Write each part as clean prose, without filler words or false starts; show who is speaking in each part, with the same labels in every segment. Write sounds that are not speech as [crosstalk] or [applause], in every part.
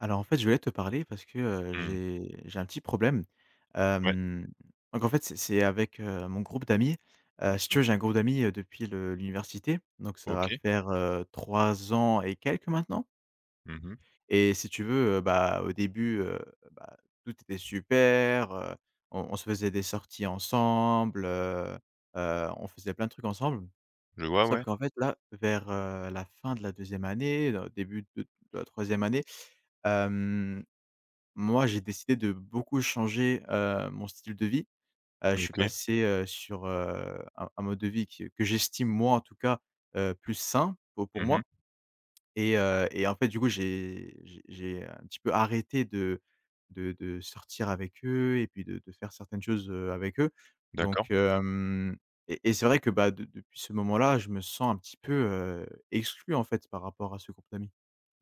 Speaker 1: Alors en fait, je voulais te parler parce que,
Speaker 2: Mmh.
Speaker 1: j'ai un petit problème.
Speaker 2: Ouais.
Speaker 1: Hem, donc en fait, c'est avec, mon groupe d'amis. Si
Speaker 2: Mmh.
Speaker 1: tu veux, j'ai un groupe d'amis, depuis le l'université, donc ça va
Speaker 2: OK.
Speaker 1: faire, 3 ans et quelques maintenant
Speaker 2: Mmh mh.
Speaker 1: et si tu veux, bah, au début, bah, tout était super, on se faisait des sorties ensemble, on faisait plein de trucs ensemble.
Speaker 2: Je vois,
Speaker 1: Sauf
Speaker 2: ouais.
Speaker 1: qu'en fait là, vers, la fin de la deuxième année, début de la troisième année, moi, j'ai décidé de beaucoup changer, mon style de vie. Je suis
Speaker 2: OK.
Speaker 1: passé, sur, un mode de vie qui que j'estime moi, en tout cas, plus sain po pour
Speaker 2: Mmh
Speaker 1: moi
Speaker 2: mh.
Speaker 1: et en fait, du coup, j'ai un petit peu arrêté de de sortir avec eux et puis de faire certaines choses, avec eux.
Speaker 2: D'accord.
Speaker 1: Donc hem et c'est vrai que, bah, de depuis ce moment-là, je me sens un petit peu, exclu, en fait, par rapport à ce groupe d'amis.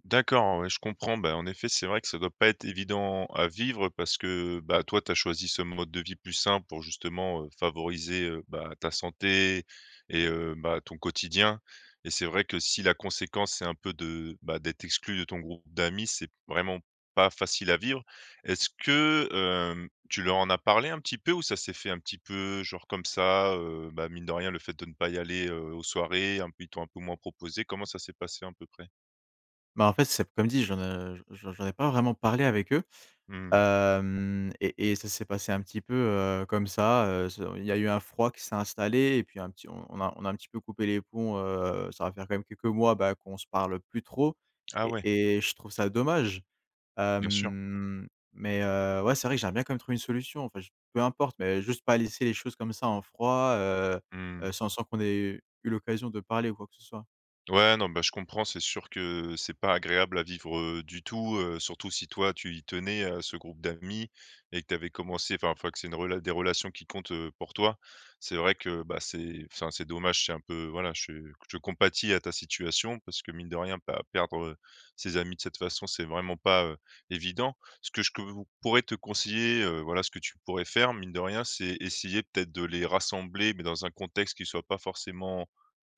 Speaker 2: D'accord, ouais, je comprends. Bah, en effet, c'est vrai que ça doit pas être évident à vivre parce que, bah, toi, tu as choisi ce mode de vie plus simple pour justement, favoriser, bah, ta santé et bah, ton quotidien et c'est vrai que si la conséquence, c'est un peu de, bah, d'être exclu de ton groupe d'amis, c'est vraiment pas facile à vivre. Est-ce que, tu leur en as parlé un petit peu ou ça s'est fait un petit peu, genre, comme ça, bah, mine de rien, le fait de ne pas y aller, aux soirées, un peu ils t'ont un peu moins proposé? Comment ça s'est passé à peu près?
Speaker 1: Bah, en fait, c'est comme dit, j'en ai pas vraiment parlé avec eux.
Speaker 2: Mmh.
Speaker 1: Hem et ça s'est passé un petit peu, comme ça, ce il y a eu un froid qui s'est installé et puis un petit on a un petit peu coupé les ponts, ça va faire quand même quelques mois, bah, qu'on se parle plus trop
Speaker 2: Ah ouais,
Speaker 1: et je trouve ça dommage.
Speaker 2: bien sûr.
Speaker 1: Hem, mais ouais, c'est vrai que j'aimerais bien quand même trouver une solution. Enfin, j peu importe, mais juste pas laisser les choses comme ça en froid,
Speaker 2: Mmh.
Speaker 1: sans qu'on ait eu l'occasion de parler ou quoi que ce soit.
Speaker 2: Ouais, non, bah, je comprends, c'est sûr que c'est pas agréable à vivre, du tout, surtout si toi tu y tenais à ce groupe d'amis et que tu avais commencé enfin que c'est une rela des relations qui comptent, pour toi. C'est vrai que, bah, c'est enfin c'est dommage, c'est un peu voilà, je compatis à ta situation parce que mine de rien, pas perdre, ses amis de cette façon, c'est vraiment pas, évident. Ce que je que vous pourrais te conseiller, voilà ce que tu pourrais faire mine de rien, c'est essayer peut-être de les rassembler mais dans un contexte qui soit pas forcément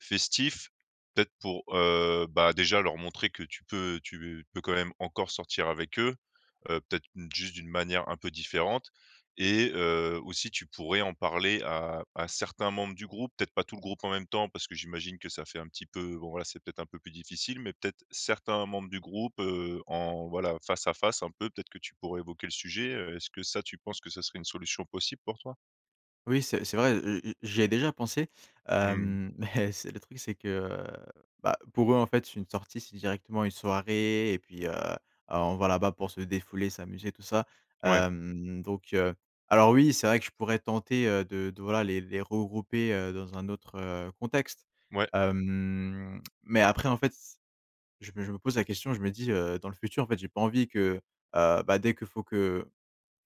Speaker 2: festif. Peut-être pour, bah, déjà leur montrer que tu peux quand même encore sortir avec eux, peut-être juste d'une manière un peu différente et aussi tu pourrais en parler à certains membres du groupe, peut-être pas tout le groupe en même temps parce que j'imagine que ça fait un petit peu bon voilà, c'est peut-être un peu plus difficile, mais peut-être certains membres du groupe, en voilà, face à face un peu, peut-être que tu pourrais évoquer le sujet, est-ce que ça tu penses que ça serait une solution possible pour toi?
Speaker 1: Oui, c'est vrai, j'y ai déjà pensé,
Speaker 2: Mmh.
Speaker 1: [laughs] mais c'est le truc, c'est que, bah, pour eux, en fait, une sortie, c'est directement une soirée et puis, on va là-bas pour se défouler, s'amuser, tout ça,
Speaker 2: Ouais.
Speaker 1: donc, alors oui, c'est vrai que je pourrais tenter, de voilà, les regrouper, dans un autre, contexte,
Speaker 2: Ouais.
Speaker 1: mais après, en fait, je me pose la question, je me dis, dans le futur, en fait, j'ai pas envie que, bah, dès que faut que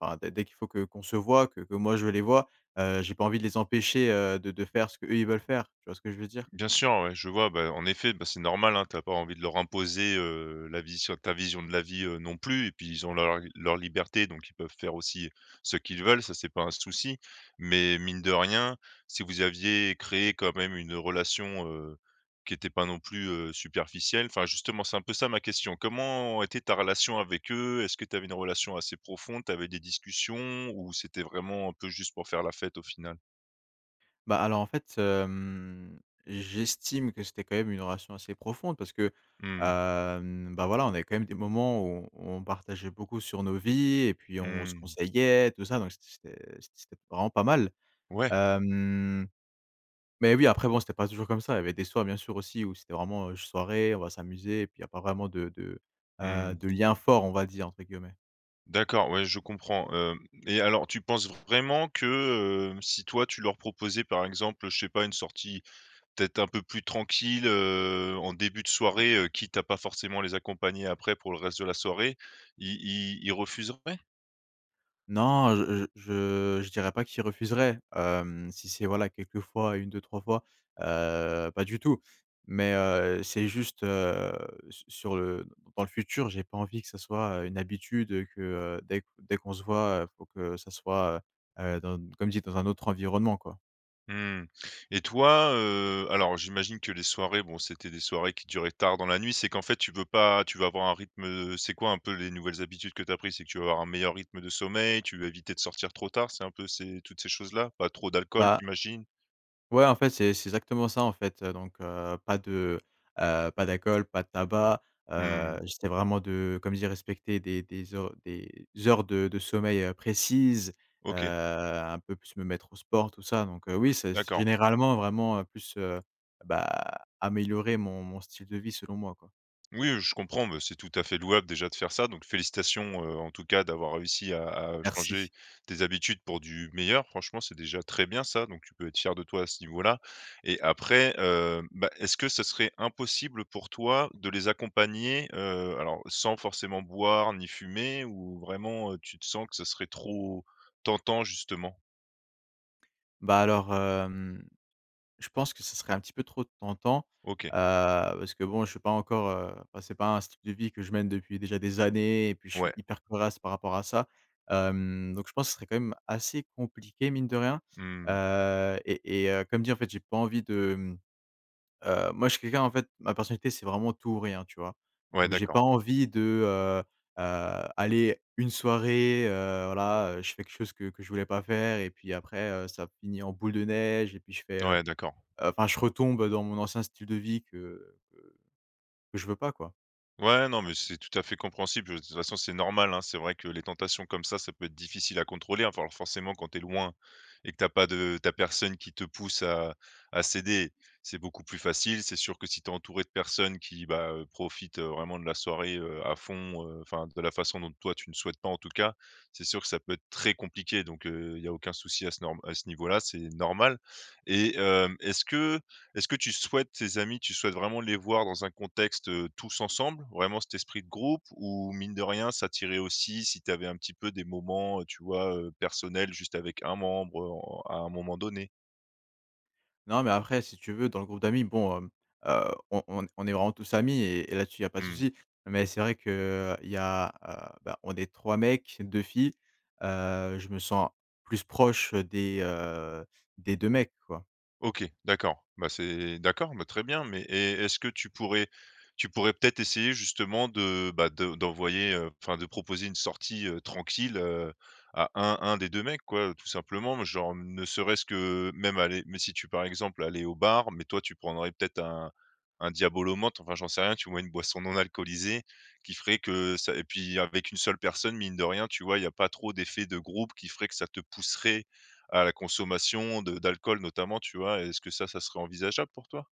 Speaker 1: enfin, dès qu'il faut que qu'on se voit, que moi je les vois, j'ai pas envie de les empêcher, de faire ce qu'eux, ils veulent faire. Tu vois ce que je veux dire?
Speaker 2: Bien sûr, ouais, je vois, bah, en effet, bah, c'est normal, hein, tu pas envie de leur imposer, la vision ta vision de la vie, non plus et puis ils ont leur liberté, donc ils peuvent faire aussi ce qu'ils veulent, ça c'est pas un souci. Mais mine de rien, si vous aviez créé quand même une relation, qui était pas non plus, superficielle, enfin justement, c'est un peu ça ma question. Comment était ta relation avec eux? Est-ce que tu avais une relation assez profonde? Tu avais des discussions ou c'était vraiment un peu juste pour faire la fête au final?
Speaker 1: Bah, alors, en fait, j'estime que c'était quand même une relation assez profonde parce que,
Speaker 2: Mmh.
Speaker 1: bah, voilà, on avait quand même des moments où on partageait beaucoup sur nos vies et puis on se
Speaker 2: Mmh.
Speaker 1: conseillait, tout ça, donc c'était vraiment pas mal.
Speaker 2: Ouais.
Speaker 1: Hem, mais oui, après bon, c'était pas toujours comme ça. Il y avait des soirs, bien sûr, aussi où c'était vraiment, soirée, on va s'amuser et puis il y a pas vraiment
Speaker 2: Mmh.
Speaker 1: de lien fort, on va dire, entre guillemets.
Speaker 2: D'accord, ouais, je comprends, hem et alors tu penses vraiment que, si toi tu leur proposais par exemple, je sais pas, une sortie peut-être un peu plus tranquille, en début de soirée, quitte à pas forcément les accompagner après pour le reste de la soirée, ils refuseraient?
Speaker 1: Non, je dirais pas qu'il refuserait, si c'est, voilà, quelques fois, une deux trois fois, pas du tout. Mais, c'est juste, su sur le dans le futur, j'ai pas envie que ça soit, une habitude, que, dès qu'on se voit, faut que ça soit, dans comme dit, dans un autre environnement, quoi.
Speaker 2: Mmh. Et toi, alors j'imagine que les soirées, bon, c'était des soirées qui duraient tard dans la nuit. C'est qu'en fait, tu veux pas tu vas avoir un rythme, c'est quoi un peu les nouvelles habitudes que tu as pris? C'est que tu vas avoir un meilleur rythme de sommeil, tu vas éviter de sortir trop tard, c'est un peu ces toutes ces choses-là? Pas trop d'alcool,
Speaker 1: Bah
Speaker 2: j'imagine?
Speaker 1: Ouais, en fait, c'est exactement ça, en fait, donc pas de, pas d'alcool, pas de tabac,
Speaker 2: Mmh.
Speaker 1: j'essaie vraiment de comme je dis, respecter des heures de sommeil, précises,
Speaker 2: OK,
Speaker 1: un peu plus me mettre au sport, tout ça, donc oui, c'est
Speaker 2: d'accord.
Speaker 1: généralement vraiment, plus, bah, améliorer mon style de vie selon moi, quoi.
Speaker 2: Oui, je comprends, mais c'est tout à fait louable déjà de faire ça. Donc félicitations, en tout cas d'avoir réussi à changer
Speaker 1: Merci.
Speaker 2: tes habitudes pour du meilleur. Franchement, c'est déjà très bien ça, donc tu peux être fier de toi à ce niveau-là. Et après, bah, est-ce que ce serait impossible pour toi de les accompagner, alors sans forcément boire ni fumer ou vraiment, tu te sens que ce serait trop tentant justement?
Speaker 1: Bah, alors, hem je pense que ce serait un petit peu trop tentant,
Speaker 2: OK,
Speaker 1: heu, parce que bon, je suis pas encore, enfin, c'est pas un style de vie que je mène depuis déjà des années et puis je
Speaker 2: ouais,
Speaker 1: suis hyper corasse par rapport à ça. Donc je pense que ce serait quand même assez compliqué mine de rien,
Speaker 2: mmh,
Speaker 1: et comme dit, en fait, j'ai pas envie de, mmh, moi, je suis quelqu'un, en fait, ma personnalité, c'est vraiment tout ou rien, tu vois?
Speaker 2: ouais
Speaker 1: Donc j'ai pas
Speaker 2: d'accord,
Speaker 1: envie de, aller une soirée, voilà, je fais quelque chose que je voulais pas faire et puis après, ça finit en boule de neige et puis je fais,
Speaker 2: ouais d'accord.
Speaker 1: Enfin, je retombe dans mon ancien style de vie que je veux pas, quoi.
Speaker 2: Ouais, non, mais c'est tout à fait compréhensible. De toute façon, c'est normal, hein. C'est vrai que les tentations comme ça peut être difficile à contrôler. Enfin, alors forcément, quand tu es loin et que t'as pas de tu personne qui te pousse à céder, c'est beaucoup plus facile. C'est sûr que si tu es entouré de personnes qui, bah, profitent, vraiment de la soirée, à fond, enfin de la façon dont toi tu ne souhaites pas en tout cas, c'est sûr que ça peut être très compliqué donc il y a aucun souci à ce niveau-là, c'est normal et est-ce que tu souhaites vraiment les voir dans un contexte, tous ensemble, vraiment cet esprit de groupe? Ou mine de rien, ça t'irait aussi si tu avais un petit peu des moments, tu vois, personnels juste avec un membre, en à un moment donné?
Speaker 1: Non, mais après, si tu veux, dans le groupe d'amis, bon, on est vraiment tous amis et là-dessus, il y a pas de
Speaker 2: Mmh.
Speaker 1: souci. Mais c'est vrai qu'il y a, bah, on est 3 mecs, 2 filles, je me sens plus proche des 2 mecs, quoi.
Speaker 2: OK, d'accord. Bah, c'est d'accord, bah, très bien, mais et est-ce que tu pourrais peut-être essayer justement de, bah, de d'envoyer, enfin de proposer une sortie, tranquille, à un des 2 mecs quoi, tout simplement. Genre ne serait-ce que même aller mais si tu par exemple allais au bar, mais toi tu prendrais peut-être un Diabolo Mate, enfin j'en sais rien, tu vois? Une boisson non alcoolisée qui ferait que ça et puis avec une seule personne, mine de rien, tu vois? Il y a pas trop d'effet de groupe qui ferait que ça te pousserait à la consommation de d'alcool notamment, tu vois? Est-ce que ça serait envisageable pour toi?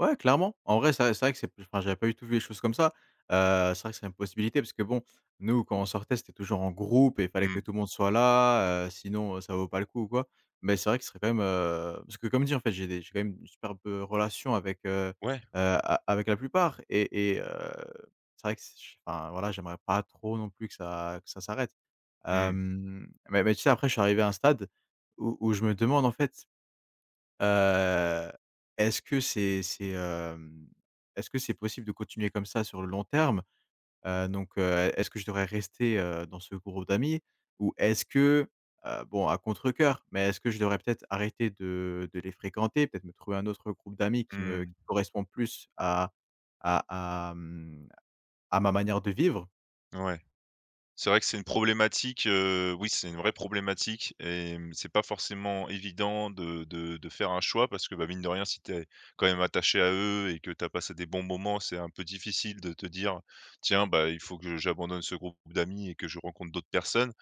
Speaker 1: Ouais, clairement. En vrai, c'est vrai que c'est enfin, j'avais pas du tout vu les choses comme ça. C'est vrai que c'est une possibilité parce que bon, nous, quand on sortait, c'était toujours en groupe et il fallait
Speaker 2: Mmh.
Speaker 1: que tout le monde soit là, sinon, ça vaut pas le coup ou quoi. Mais c'est vrai que ce serait quand même, parce que comme dit, en fait, j'ai quand même une superbe, relation avec,
Speaker 2: Ouais.
Speaker 1: a avec la plupart et c'est vrai que c'est ch enfin, voilà, j'aimerais pas trop non plus que ça s'arrête.
Speaker 2: Mmh.
Speaker 1: Mais tu sais, après, je suis arrivé à un stade où je me demande, en fait Heu, est-ce que c'est, est-ce que c'est possible de continuer comme ça sur le long terme? Donc, est-ce que je devrais rester, dans ce groupe d'amis? Ou est-ce que, bon, à contre cœur mais est-ce que je devrais peut-être arrêter de les fréquenter? Peut-être me trouver un autre groupe d'amis
Speaker 2: Mmh.
Speaker 1: qui correspond plus à, mmh, à ma manière de vivre?
Speaker 2: Ouais. C'est vrai que c'est une problématique, oui, c'est une vraie problématique et c'est pas forcément évident de faire un choix parce que, bah, mine de rien, si tu es quand même attaché à eux et que tu as passé des bons moments, c'est un peu difficile de te dire: «Tiens, bah, il faut que j'abandonne ce groupe d'amis et que je rencontre d'autres personnes».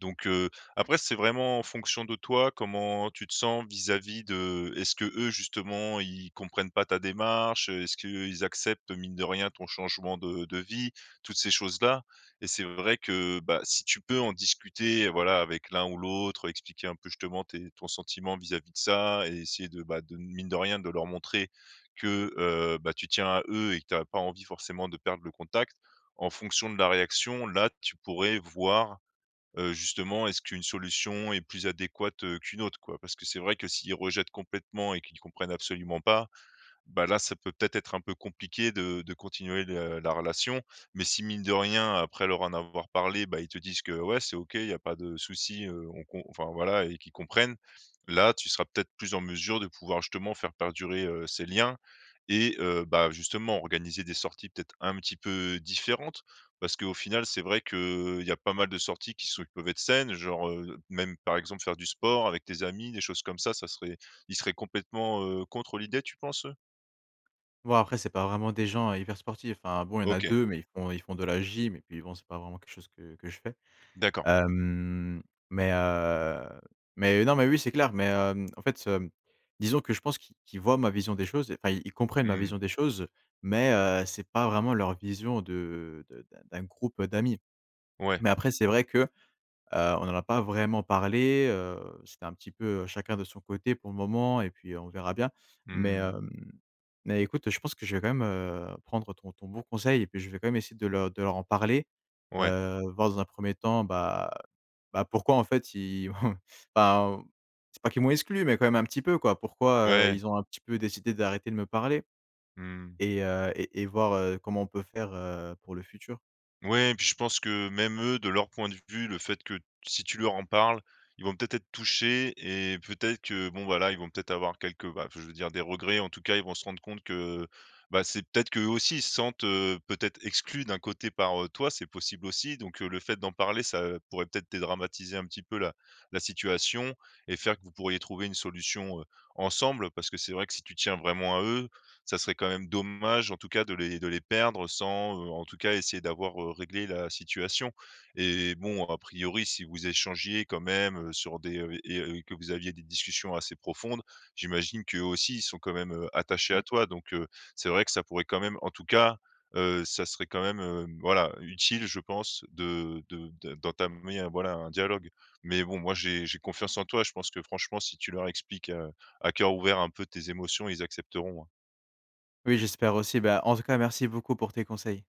Speaker 2: Donc après c'est vraiment en fonction de toi, comment tu te sens vis-à-vis de est-ce que eux justement ils comprennent pas ta démarche? Est-ce qu'ils acceptent mine de rien ton changement de vie? Toutes ces choses-là et c'est vrai que, bah, si tu peux en discuter, voilà, avec l'un ou l'autre, expliquer un peu justement tes ton sentiment vis-à-vis de ça et essayer de, bah, de mine de rien de leur montrer que, bah, tu tiens à eux et que tu as pas envie forcément de perdre le contact. En fonction de la réaction, là tu pourrais voir justement, est-ce qu'une solution est plus adéquate, qu'une autre, quoi? Parce que c'est vrai que s'ils rejettent complètement et qu'ils comprennent absolument pas, bah, là, ça peut peut-être être un peu compliqué de continuer le la relation. Mais si mine de rien, après leur en avoir parlé, bah, ils te disent que: «Ouais, c'est OK, il y a pas de souci, on com» enfin voilà et qu'ils comprennent, là, tu seras peut-être plus en mesure de pouvoir justement faire perdurer, ces liens et bah, justement organiser des sorties peut-être un petit peu différentes. Parce qu'au final, c'est vrai qu'il y a pas mal de sorties qui peuvent être saines, genre, même par exemple faire du sport avec tes amis, des choses comme ça serait ils seraient complètement, contre l'idée, tu penses,
Speaker 1: Bon, après, c'est pas vraiment des gens hyper sportifs, enfin, bon, il y en a
Speaker 2: OK,
Speaker 1: 2 mais ils font de la gym et puis bon, c'est pas vraiment quelque chose que je fais.
Speaker 2: d'accord.
Speaker 1: Hem, mais heu, mais non, mais oui, c'est clair, mais en fait, disons que je pense qu'ils voient ma vision des choses, enfin, ils comprennent ma
Speaker 2: Mmh.
Speaker 1: vision des choses, mais c'est pas vraiment leur vision de d'un groupe d'amis.
Speaker 2: Ouais.
Speaker 1: Mais après, c'est vrai que on n'en a pas vraiment parlé, c'était un petit peu, chacun de son côté pour le moment et puis on verra bien. Mais,
Speaker 2: Mmh.
Speaker 1: écoute, je pense que je vais quand même, prendre ton bon conseil et puis je vais quand même essayer de leur en parler,
Speaker 2: Ouais.
Speaker 1: voir dans un premier temps, bah, pourquoi en fait ils [laughs] enfin, c'est pas qu'ils m'ont exclu, mais quand même un petit peu quoi. Pourquoi,
Speaker 2: Ouais.
Speaker 1: ils ont un petit peu décidé d'arrêter de me parler
Speaker 2: Mmh.
Speaker 1: et voir, comment on peut faire, pour le futur.
Speaker 2: Ouais, et puis je pense que même eux, de leur point de vue, le fait que si tu leur en parles, ils vont peut-être être touchés et peut-être que bon, voilà, ils vont peut-être avoir quelques bah, je veux dire des regrets. En tout cas, ils vont se rendre compte que, bah, c'est peut-être qu'eux aussi, ils se sentent, peut-être exclus d'un côté par, toi, c'est possible aussi. Donc, le fait d'en parler, ça, pourrait peut-être dédramatiser un petit peu la situation et faire que vous pourriez trouver une solution, ensemble. Parce que c'est vrai que si tu tiens vraiment à eux, ça serait quand même dommage, en tout cas, de les perdre sans, en tout cas, essayer d'avoir, réglé la situation et bon, a priori, si vous échangiez quand même, sur des, et que vous aviez des discussions assez profondes, j'imagine qu'eux aussi, ils sont quand même, attachés à
Speaker 1: Mmh.
Speaker 2: toi donc c'est vrai que ça pourrait quand même en tout cas, ça serait quand même, voilà, utile, je pense, de d'entamer un, voilà, un dialogue mais bon, moi, j'ai confiance en toi. Je pense que franchement, si tu leur expliques, à cœur ouvert un peu tes émotions, ils accepteront, hein.
Speaker 1: Oui, j'espère aussi. Bah, en tout cas, merci beaucoup pour tes conseils.